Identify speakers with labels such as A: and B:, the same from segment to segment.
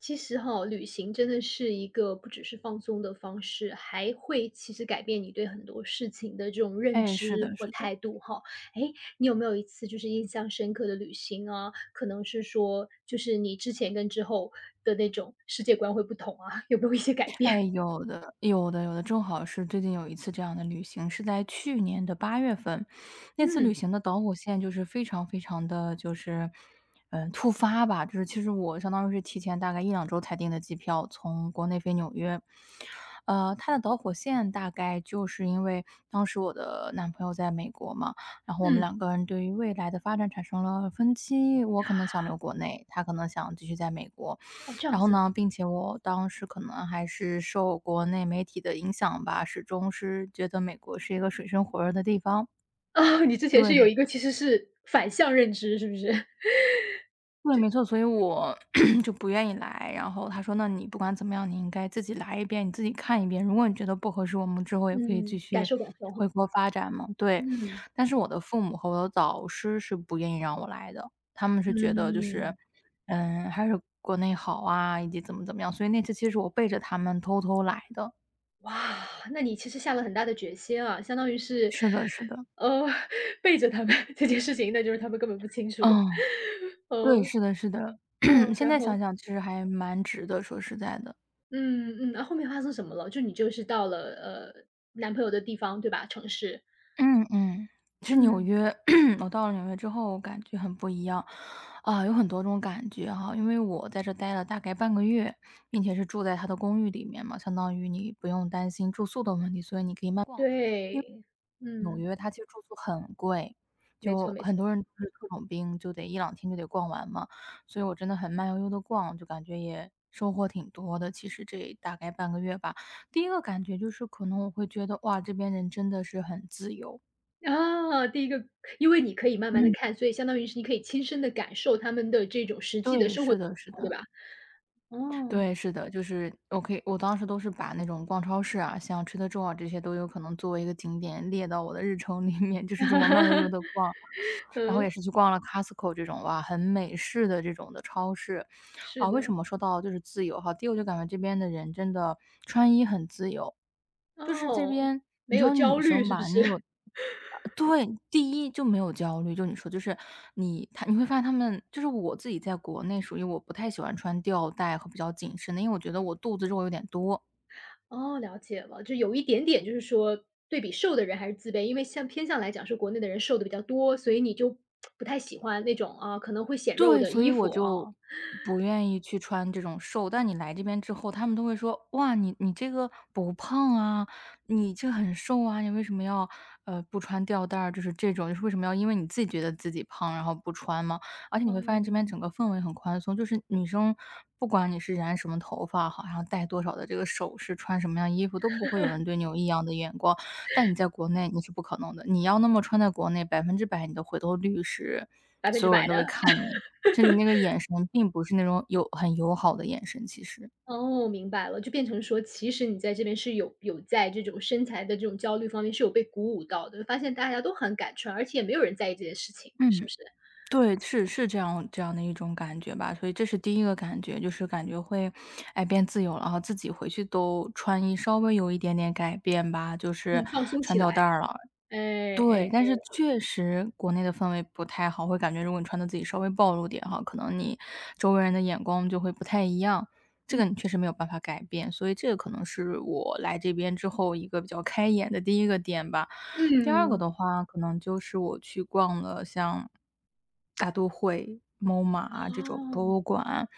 A: 其实哈，旅行真的是一个不只是放松的方式，还会其实改变你对很多事情的这种认
B: 哎，是
A: 知
B: 的，
A: 或
B: 是的。
A: 态度哈。诶，你有没有一次就是印象深刻的旅行啊？可能是说，就是你之前跟之后的那种世界观会不同啊，有没有一些改
B: 哎，
A: 变？
B: 有的，有的，有的。正好是最近有一次这样的旅行，是在去年的八月份。那次旅
A: 嗯，
B: 行的导火线就是非常非常的突发吧，就是其实我相当于是提前大概一两周才订的机票，从国内飞纽约。它的导火线大概就是因为当时我的男朋友在美国嘛，然后我们
A: 嗯，
B: 两个人对于未来的发展产生了分歧，我可能想留国内，他可能想继续在美国。
A: 哦，这样
B: 然后
A: 子。
B: 呢，并且我当时可能还是受国内媒体的影响吧，始终是觉得美国是一个水深火热的地方。
A: 哦，你之前
B: 对，
A: 是有一个其实是反向认知，是不是？
B: 对，没错，所以我 就不愿意来。然后他说："那你不管怎么样，你应该自己来一遍，你自己看一遍。如果你觉得不合适，我们之后也可以继
A: 嗯，感
B: 续
A: 受感受，
B: 回国发展嘛。"对，
A: 嗯，
B: 但是我的父母和我的导师是不愿意让我来的，他们是觉得就是，
A: 嗯。
B: 嗯，还是国内好啊，以及怎么怎么样。所以那次其实我背着他们偷偷来的。
A: 哇，那你其实下了很大的决心啊，相当于是，
B: 是的，是的，
A: 呃，背着他们这件事情，那就是他们根本不清楚。
B: 嗯，
A: 哦
B: 对，是的，是的。
A: 哦，
B: 现
A: 然
B: 在想
A: 后，
B: 想其实还蛮值得。说实在的。
A: 嗯嗯，那后面发生什么了？就你就是到了呃男朋友的地方，对吧？城市，
B: 嗯嗯，是纽
A: 嗯，
B: 约。我到了纽约之后，我感觉很不一样，啊，有很多种感觉哈。因为我在这待了大概半个月，并且是住在他的公寓里面嘛，相当于你不用担心住宿的问题，所以你可以慢慢逛。因为
A: 对，
B: 纽
A: 嗯，
B: 约它其实住宿很贵，
A: 没错
B: 就
A: 没错。
B: 很多人都是特种兵，就得一两天就得逛完嘛。所以我真的很慢悠悠的逛，就感觉也收获挺多的。其实这大概半个月吧，第一个感觉就是可能我会觉得哇，这边人真的是很自由。
A: 啊，第一个，因为你可以慢慢的
B: 嗯
A: 看，所以相当于是你可以亲身的感受他们的这种实际的
B: 对，
A: 生活
B: 是
A: 状
B: 的是
A: 况，对
B: 的，
A: 吧？哦，
B: 对，是的，就是我可以我当时都是把那种逛超市啊，像吃的住啊这些都有可能作为一个景点列到我的日程里面，就是这么慢悠悠的逛。然后也
A: 嗯，
B: 是去逛了 Costco 这种，哇，很美式的这种的超市。
A: 是
B: 啊，为什
A: 的，
B: 么说到就是自由哈？第一我就感觉这边的人真的穿衣很自由，就是这
A: 哦，
B: 边你
A: 没
B: 知
A: 有
B: 道
A: 焦
B: 女
A: 虑
B: 生
A: 是不
B: 吧，
A: 是？
B: 对，第一就没有焦虑，就你说就是你会发现他们就是我自己在国内属于我不太喜欢穿吊带和比较紧身的，因为我觉得我肚子肉有点多。
A: 哦，了解了，就有一点点就是说对比瘦的人还是自卑，因为像偏向来讲是国内的人瘦的比较多，所以你就不太喜欢那种啊，可能会显肉
B: 对，
A: 的
B: 所以
A: 衣
B: 我
A: 服
B: 就
A: 啊。
B: 不愿意去穿这种瘦，但你来这边之后，他们都会说："哇，你这个不胖啊，你这很瘦啊，你为什么要，不穿吊带儿？"就是这种，就是为什么要因为你自己觉得自己胖，然后不穿吗？而且你会发现这边
A: 嗯
B: 整个氛围很宽松，就是女生不管你是染什么头发，好像戴多少的这个首饰，穿什么样衣服，都不会有人对你有异样的眼光。但你在国内你是不可能的，你要那么穿在国内百分之百你的回头率是
A: 百分
B: 所
A: 之
B: 有人
A: 百
B: 都
A: 的。
B: 会看你。甚至那个眼神并不是那种友好的眼神，其实。
A: 哦，明白了，就变成说其实你在这边是有在这种身材的这种焦虑方面是有被鼓舞到的，发现大家都很敢穿，而且也没有人在意这件事情，是
B: 嗯，
A: 不是？
B: 对，是是这样的一种感觉吧。所以这是第一个感觉，就是感觉会，哎，变自由了，然后自己回去都穿衣稍微有一点点改变吧，就是
A: 嗯，放松
B: 穿
A: 起来，
B: 吊带儿了。
A: 哎哎
B: 对，但是
A: 哎
B: 确实国内的氛围不太好，会感觉如果你穿的自己稍微暴露点哈，可能你周围人的眼光就会不太一样。这
A: 嗯
B: 个你确实没有办法改变，所以这个可能是我来这边之后一个比较开眼的第一个点吧。第二个
A: 嗯，
B: 的话，可能就是我去逛了像大都会、MoMA 啊这种博
A: 哦，
B: 物馆，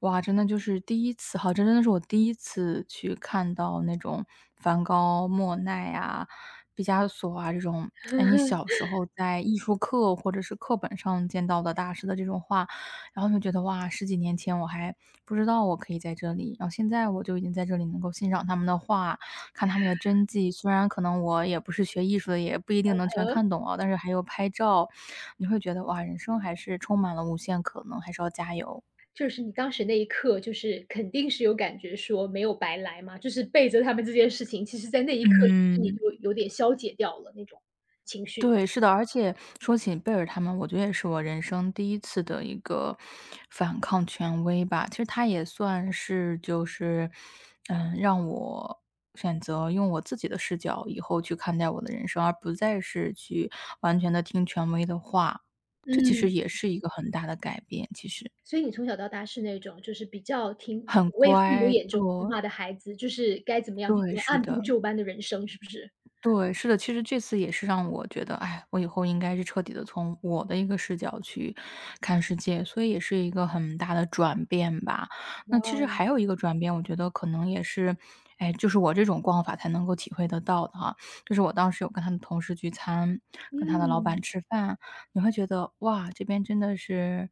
B: 哇，真的就是第一次，好，这真的是我第一次去看到那种梵高、莫奈啊、毕加索啊这种，哎，你小 时候在艺术课或者是课本上见到的大师的这种画，然后就觉得哇，十几年前我还不知道我可以在这里，然后现在我就已经在这里能够欣赏他们的画，看他们的真迹，虽然可能我也不是学艺术的，也不一定能全看懂啊，但是还有拍照，你会觉得哇，人生还是充满了无限可能，还是要加油。
A: 就是你当时那一刻，就是肯定是有感觉说没有白来嘛，就是背着他们这件事情，其实在那一刻是不是你
B: 嗯。
A: 就有点消解掉了那种情绪？
B: 对，是的，而且说起贝尔他们，我觉得也是我人生第一次的一个反抗权威吧。其实他也算是让我选择用我自己的视角以后去看待我的人生，而不再是去完全的听权威的话。这其实
A: 嗯，
B: 也是一个很大的改变，其实。
A: 所以你从小到大是那种就是比较听
B: 很
A: 所谓父母
B: 乖，
A: 眼中听
B: 对，
A: 话的孩子，就是该怎么样就怎
B: 对，
A: 么样，
B: 是
A: 按部
B: 的。
A: 就班的人生，是不是？
B: 对，是的，其实这次也是让我觉得，哎，我以后应该是彻底的从我的一个视角去看世界，所以也是一个很大的转变吧。
A: 哇，
B: 那其实
A: 哦。
B: 还有一个转变，我觉得可能也是，哎，就是我这种逛法才能够体会得到的哈。就是我当时有跟他的同事聚餐，跟他的老板
A: 嗯，
B: 吃饭，你会觉得，哇，这边真的是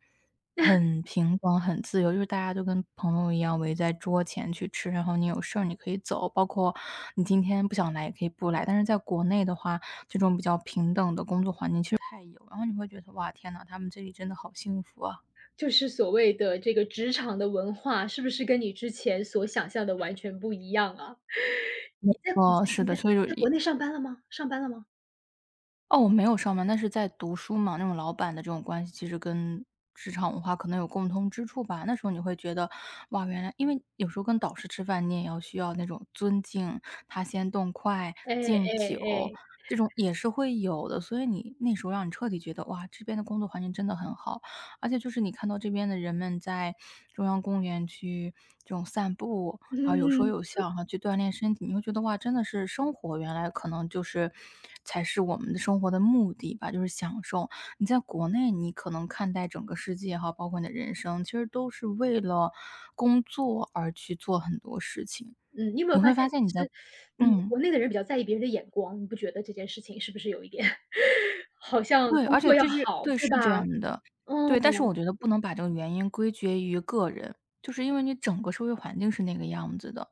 B: 很平等、很自由，就是大家都跟朋友一样围在桌前去吃，然后你有事儿你可以走，包括你今天不想来也可以不来。但是在国内的话，这种比较平等的工作环境其实不太有，然后你会觉得，哇，天呐，他们这里真的好幸福啊。
A: 就是所谓的这个职场的文化，是不是跟你之前所想象的完全不一样啊？你在你在
B: 哦，是
A: 你
B: 的，
A: 在
B: 所以
A: 你
B: 就
A: 在国内上班了吗？上班了吗？
B: 哦，我没有上班，但是在读书嘛，那种老板的这种关系，其实跟职场文化可能有共通之处吧。那时候你会觉得，哇，原来因为有时候跟导师吃饭，你也要需要那种尊敬，他先动筷、
A: 哎
B: 敬
A: 哎
B: 酒，
A: 哎。
B: 这种也是会有的。所以你那时候让你彻底觉得，哇，这边的工作环境真的很好。而且就是你看到这边的人们在中央公园去这种散步，然后有
A: 嗯
B: 说
A: 嗯，
B: 有笑，然后去锻炼身体，你会觉得哇，真的是生活原来可能就是才是我们的生活的目的吧，就是享受。你在国内，你可能看待整个世界哈，包括你的人生，其实都是为了工作而去做很多事情。
A: 嗯你有没有
B: 你
A: 发
B: 会
A: 现
B: 发
A: 其
B: 现你在
A: 实，嗯，
B: 嗯。
A: 国内的人比较在意别人的眼光，你不觉得这件事情是不是有一点 好像
B: 对，
A: 工
B: 而且
A: 作要
B: 这是
A: 好，
B: 对，是
A: 对
B: 这
A: 吧？
B: 样的。对，但是
A: 嗯，
B: 我觉得不能把这个原因归结于个人，就是因为你整个社会环境是那个样子的，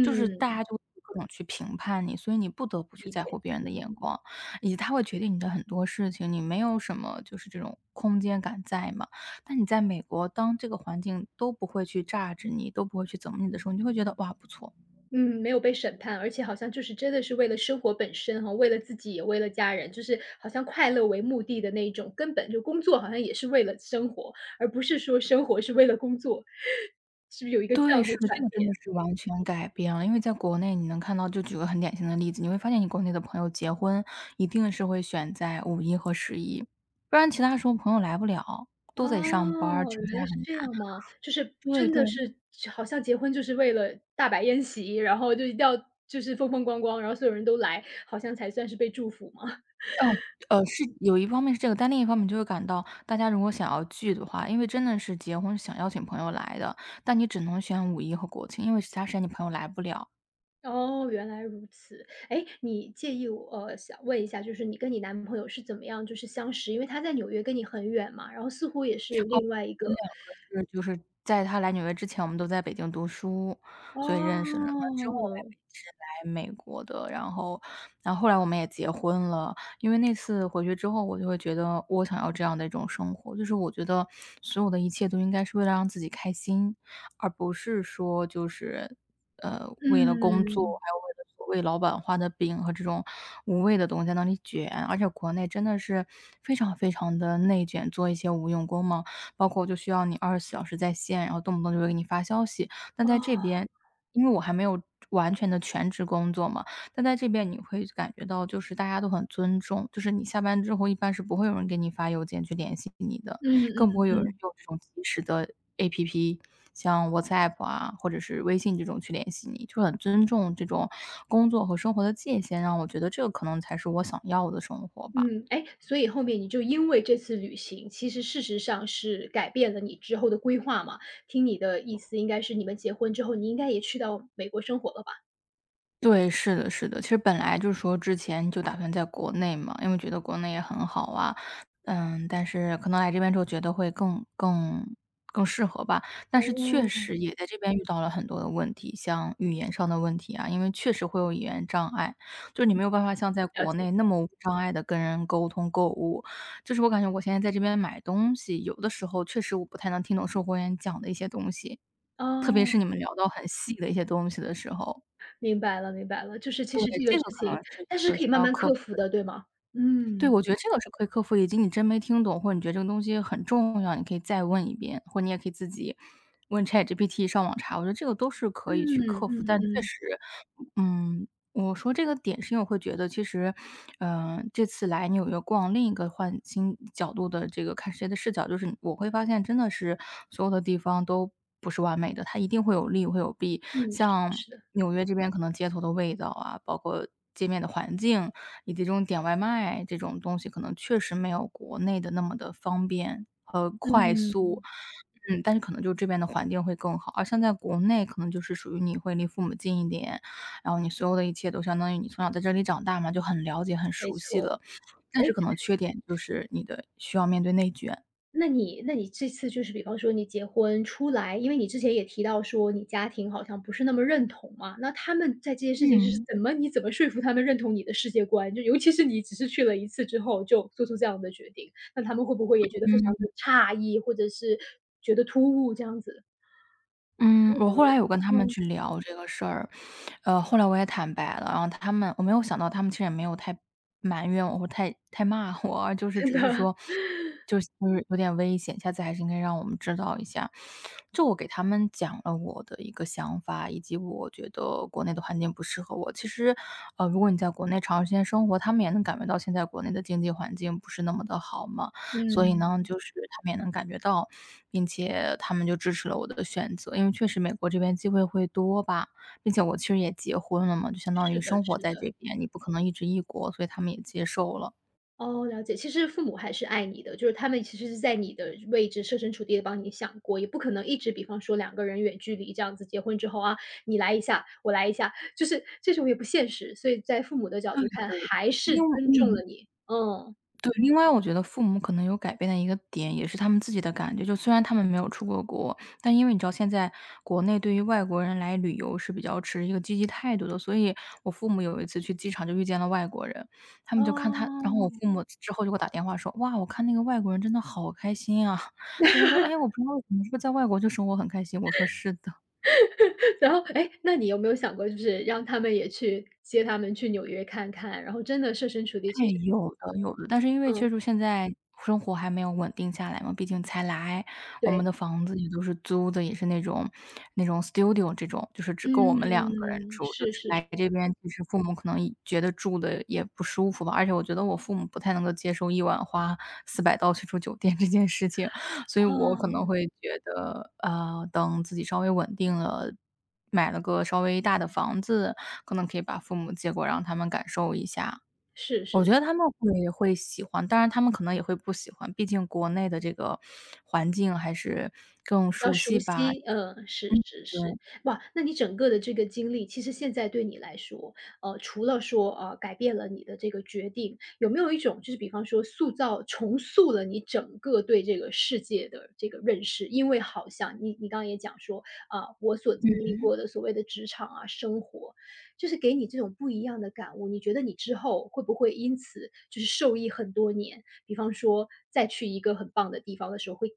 B: 就是大家就会各种去评判你，所以你不得不去
A: 理
B: 在乎
A: 解。
B: 别人的眼光，以及他会决定你的很多事情，你没有什么就是这种空间感在嘛。但你在美国，当这个环境都不会去榨制你，都不会去怎么你的时候，你就会觉得哇，不错。
A: 嗯，没有被审判，而且好像就是真的是为了生活本身哈，为了自己也为了家人，就是好像快乐为目的的那一种，根本就工作好像也是为了生活，而不是说生活是为了工作，是不是有一个这
B: 对，
A: 样
B: 是
A: 的
B: 的，
A: 转
B: 这个真
A: 变？
B: 的是完全改变了。因为在国内你能看到就举个很典型的例子，你会发现你国内的朋友结婚一定是会选在五一和十一，不然其他时候朋友来不了，都得上班儿，
A: 哦，
B: 成
A: 原
B: 家
A: 来是这
B: 很
A: 样吗？就是
B: 对
A: 真
B: 对，
A: 的是好像结婚就是为了大摆宴席，然后就一定要就是风风光光，然后所有人都来，好像才算是被祝福吗？
B: 哦，是有一方面是这个，但另一方面就会感到大家如果想要聚的话，因为真的是结婚是想邀请朋友来的，但你只能选五一和国庆，因为其他时间你朋友来不了。
A: 哦，原来如此。哎，你介意我想问一下，就是你跟你男朋友是怎么样就是相识？因为他在纽约跟你很远嘛，然后似乎也是有另外一个
B: 我们两个就是在他来纽约之前，我们都在北京读书，所以认识了。
A: 哦，
B: 然后之后来北是来美国的，然后后来我们也结婚了。因为那次回去之后，我就会觉得我想要这样的一种生活，就是我觉得所有的一切都应该是为了让自己开心，而不是说就是，为了工作，
A: 嗯，
B: 还有为了所谓老板画的饼和这种无谓的东西在那里卷。而且国内真的是非常非常的内卷，做一些无用功嘛。包括就需要你24小时在线，然后动不动就会给你发消息。但在这
A: 哦，
B: 边，因为我还没有完全的全职工作嘛，但在这边你会感觉到就是大家都很尊重，就是你下班之后一般是不会有人给你发邮件去联系你的，
A: 嗯嗯
B: 更不会有人
A: 嗯。
B: 用这种即时的 APP，像 WhatsApp 啊，或者是微信这种去联系你，就很尊重这种工作和生活的界限，让我觉得这个可能才是我想要的生活吧。
A: 嗯，哎，所以后面你就因为这次旅行，其实事实上是改变了你之后的规划嘛？听你的意思应该是你们结婚之后，你应该也去到美国生活了吧？
B: 对，是的，是的。其实本来就是说之前就打算在国内嘛，因为觉得国内也很好啊，但是可能来这边之后觉得会更适合吧。但是确
A: 哦。
B: 实也在这边遇到了很多的问题，像语言上的问题啊，因为确实会有语言障碍，就是你没有办法像在
A: 了
B: 国内
A: 解，
B: 那么无障碍的跟人沟通购物。就是我感觉我现在在这边买东西，有的时候确实我不太能听懂售货员讲的一些东西，特别
A: 哦，
B: 是你们聊到很细的一些东西的时候。
A: 明白了明白了，就是其
B: 对，
A: 实这
B: 这
A: 个事
B: 个可能
A: 情，
B: 是一
A: 但是
B: 个
A: 可
B: 需
A: 以慢
B: 要
A: 慢
B: 克
A: 克
B: 服，
A: 服的，对吗？
B: 对，
A: 嗯。
B: 我觉得这个是可以克服，以及你真没听懂，或者你觉得这个东西很重要，你可以再问一遍，或者你也可以自己问 ChatGPT 上网查，我觉得这个都是
A: 嗯
B: 可以去克服，
A: 嗯
B: 但确
A: 嗯，
B: 实我说这个点是因为我会觉得其实，这次来纽约逛，另一个换新角度的这个看世界的视角，就是我会发现真的是所有的地方都不是完美的，它一定会有利会有弊。
A: 嗯，是的
B: 像
A: 是的，
B: 纽约这边可能街头的味道啊，包括街面的环境，以及这种点外卖这种东西，可能确实没有国内的那么的方便和快
A: 嗯，
B: 速。但是可能就这边的环境会更好，而像在国内，可能就是属于你会离父母近一点，然后你所有的一切都相当于你从小在这里长大嘛，就很了解、很
A: 没
B: 熟悉
A: 错，
B: 了。但
A: 哎。
B: 是可能缺点就是你的需要面对内卷。
A: 那你这次就是比方说你结婚出来，因为你之前也提到说你家庭好像不是那么认同嘛，那他们在这件事情是
B: 嗯。
A: 怎么你怎么说服他们认同你的世界观？就尤其是你只是去了一次之后就做出这样的决定，那他们会不会也觉得非
B: 嗯。
A: 常的诧异，或者是觉得突兀这样子？他
B: 嗯，
A: 们
B: 我
A: 怎
B: 后来
A: 么
B: 有跟他们去聊这个事儿，后来我也坦白了，然后他们我没有想到他们其实也没有太埋怨我或太骂我啊，就是
A: 真
B: 只是
A: 的。
B: 说，就是有点危险，下次还是应该让我们知道一下。就我给他们讲了我的一个想法，以及我觉得国内的环境不适合我。其实，如果你在国内长时间生活，他们也能感觉到现在国内的经济环境不是那么的好嘛。所以呢，
A: 嗯，
B: 就是他们也能感觉到，并且他们就支持了我的选择。因为确实美国这边机会会多吧，并且我其实也结婚了嘛，就相当于
A: 是的
B: 生活
A: 是
B: 在
A: 的。
B: 这边，你不可能一直异国，所以他们也接受了。
A: 哦，了解。其实父母还是爱你的，就是他们其实是在你的位置设身处地的帮你想过，也不可能一直比方说两个人远距离这样子结婚之后啊，你来一下，我来一下，就是这种也不现实。所以在父母的角
B: 对
A: 度看，
B: 对对，
A: 还是
B: 因为
A: 尊重了你，嗯。
B: 对，另外我觉得父母可能有改变的一个点，也是他们自己的感觉。就虽然他们没有出过国，但因为你知道现在国内对于外国人来旅游是比较持一个积极态度的，所以我父母有一次去机场就遇见了外国人，他们就看他，然后我
A: 哦。
B: 父母之后就给我打电话说：“哇，我看那个外国人真的好开心啊！”就他说：“哎，我不知道为什么是不是在外国就生活很开心？”我说：“是的。”
A: 然后，哎，那你有没有想过就是让他们也去接他们去纽约看看，然后真的设身处地，
B: 哎，
A: 其实
B: 有的有的，但是因为确
A: 嗯，
B: 实现在生活还没有稳定下来嘛，毕竟才来，我们
A: 对，
B: 的房子也都是租的，也是那种 studio 这种，就是只够我们两个人
A: 嗯，
B: 住，就
A: 是
B: 是
A: 是是，
B: 来这边其实父母可能也觉得住的也不舒服吧，而且我觉得我父母不太能够接受一晚花400 0刀去住酒店这件事情，所以我可能
A: 嗯，
B: 会觉得，等自己稍微稳定了，买了个稍微大的房子，可能可以把父母接过，让他们感受一下。
A: 是
B: 我
A: 是。
B: 觉得他们会喜欢，当然他们可能也会不喜欢，毕竟国内的这个环境还是更
A: 比较
B: 熟
A: 熟
B: 悉吧，
A: 悉，嗯，是是
B: 对。
A: 是。哇，那你整个的这个经历，其实现在对你来说，除了说，改变了你的这个决定，有没有一种就是比方说塑造重塑了你整个对这个世界的这个认识？因为好像你你刚刚也讲说，啊，我所经历过的所谓的职场啊、生活，就是给你这种不一样的感悟，你觉得你之后会不会因此就是受益很多年？比方说再去一个很棒的地方的时候，会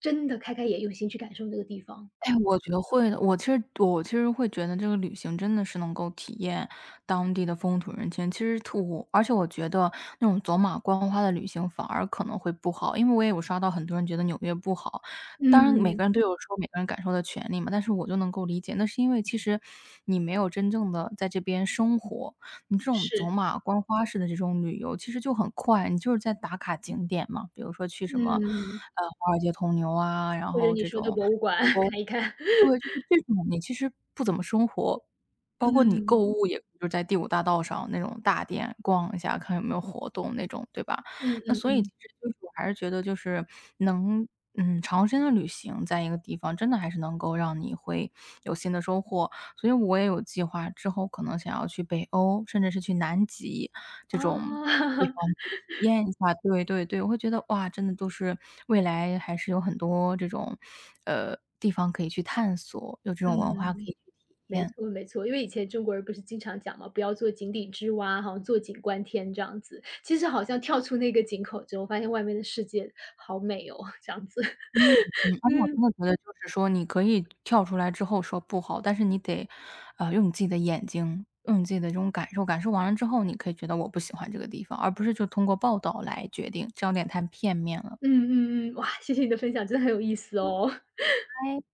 A: 真的开开眼，用心去感受这个地方。
B: 哎，我觉得会的。我其实会觉得这个旅行真的是能够体验当地的风土人情。其实而且我觉得那种走马观花的旅行反而可能会不好，因为我也有刷到很多人觉得纽约不好。当然每
A: 嗯，
B: 个人都有说每个人感受的权利嘛，但是我就能够理解，那是因为其实你没有真正的在这边生活。你这种走
A: 是，
B: 马观花式的这种旅游其实就很快，你就是在打卡景点嘛，比如说去什么，
A: 嗯。
B: 华尔街铜牛啊，然
A: 或者
B: 后
A: 你
B: 这
A: 说的
B: 种
A: 博物馆 看一看。
B: 对，就是这种你其实不怎么生活，包括你购
A: 嗯，
B: 物也就是在第五大道上那种大店逛一下，看有没有活动那种，对吧？
A: 嗯
B: 那
A: 嗯。
B: 所以其实就是我还是觉得就是能，长时间的旅行在一个地方，真的还是能够让你会有新的收获。所以我也有计划之后可能想要去北欧，甚至是去南极这
A: 哦，
B: 种
A: 嗯
B: 地
A: 啊，
B: 方 去体验一下，对对对，我会觉得哇，真的都是未来还是有很多这种，地方可以去探索，有这种文化可
A: 嗯
B: 以去体
A: 没
B: 验。
A: 错没错，因为以前中国人不是经常讲嘛，不要做井底之蛙，好像坐井观天这样子。其实好像跳出那个井口之后，发现外面的世界好美哦，这样子。
B: 嗯嗯，而且我真
A: 嗯，
B: 的觉得就是说你可以跳出来之后说不好，但是你得，用你自己的眼睛，用你自己的这种感受，感受完了之后，你可以觉得我不喜欢这个地方，而不是就通过报道来决定，这样有点太片面了。
A: 嗯嗯嗯，哇，谢谢你的分享，真的很有意思哦。
B: 哎。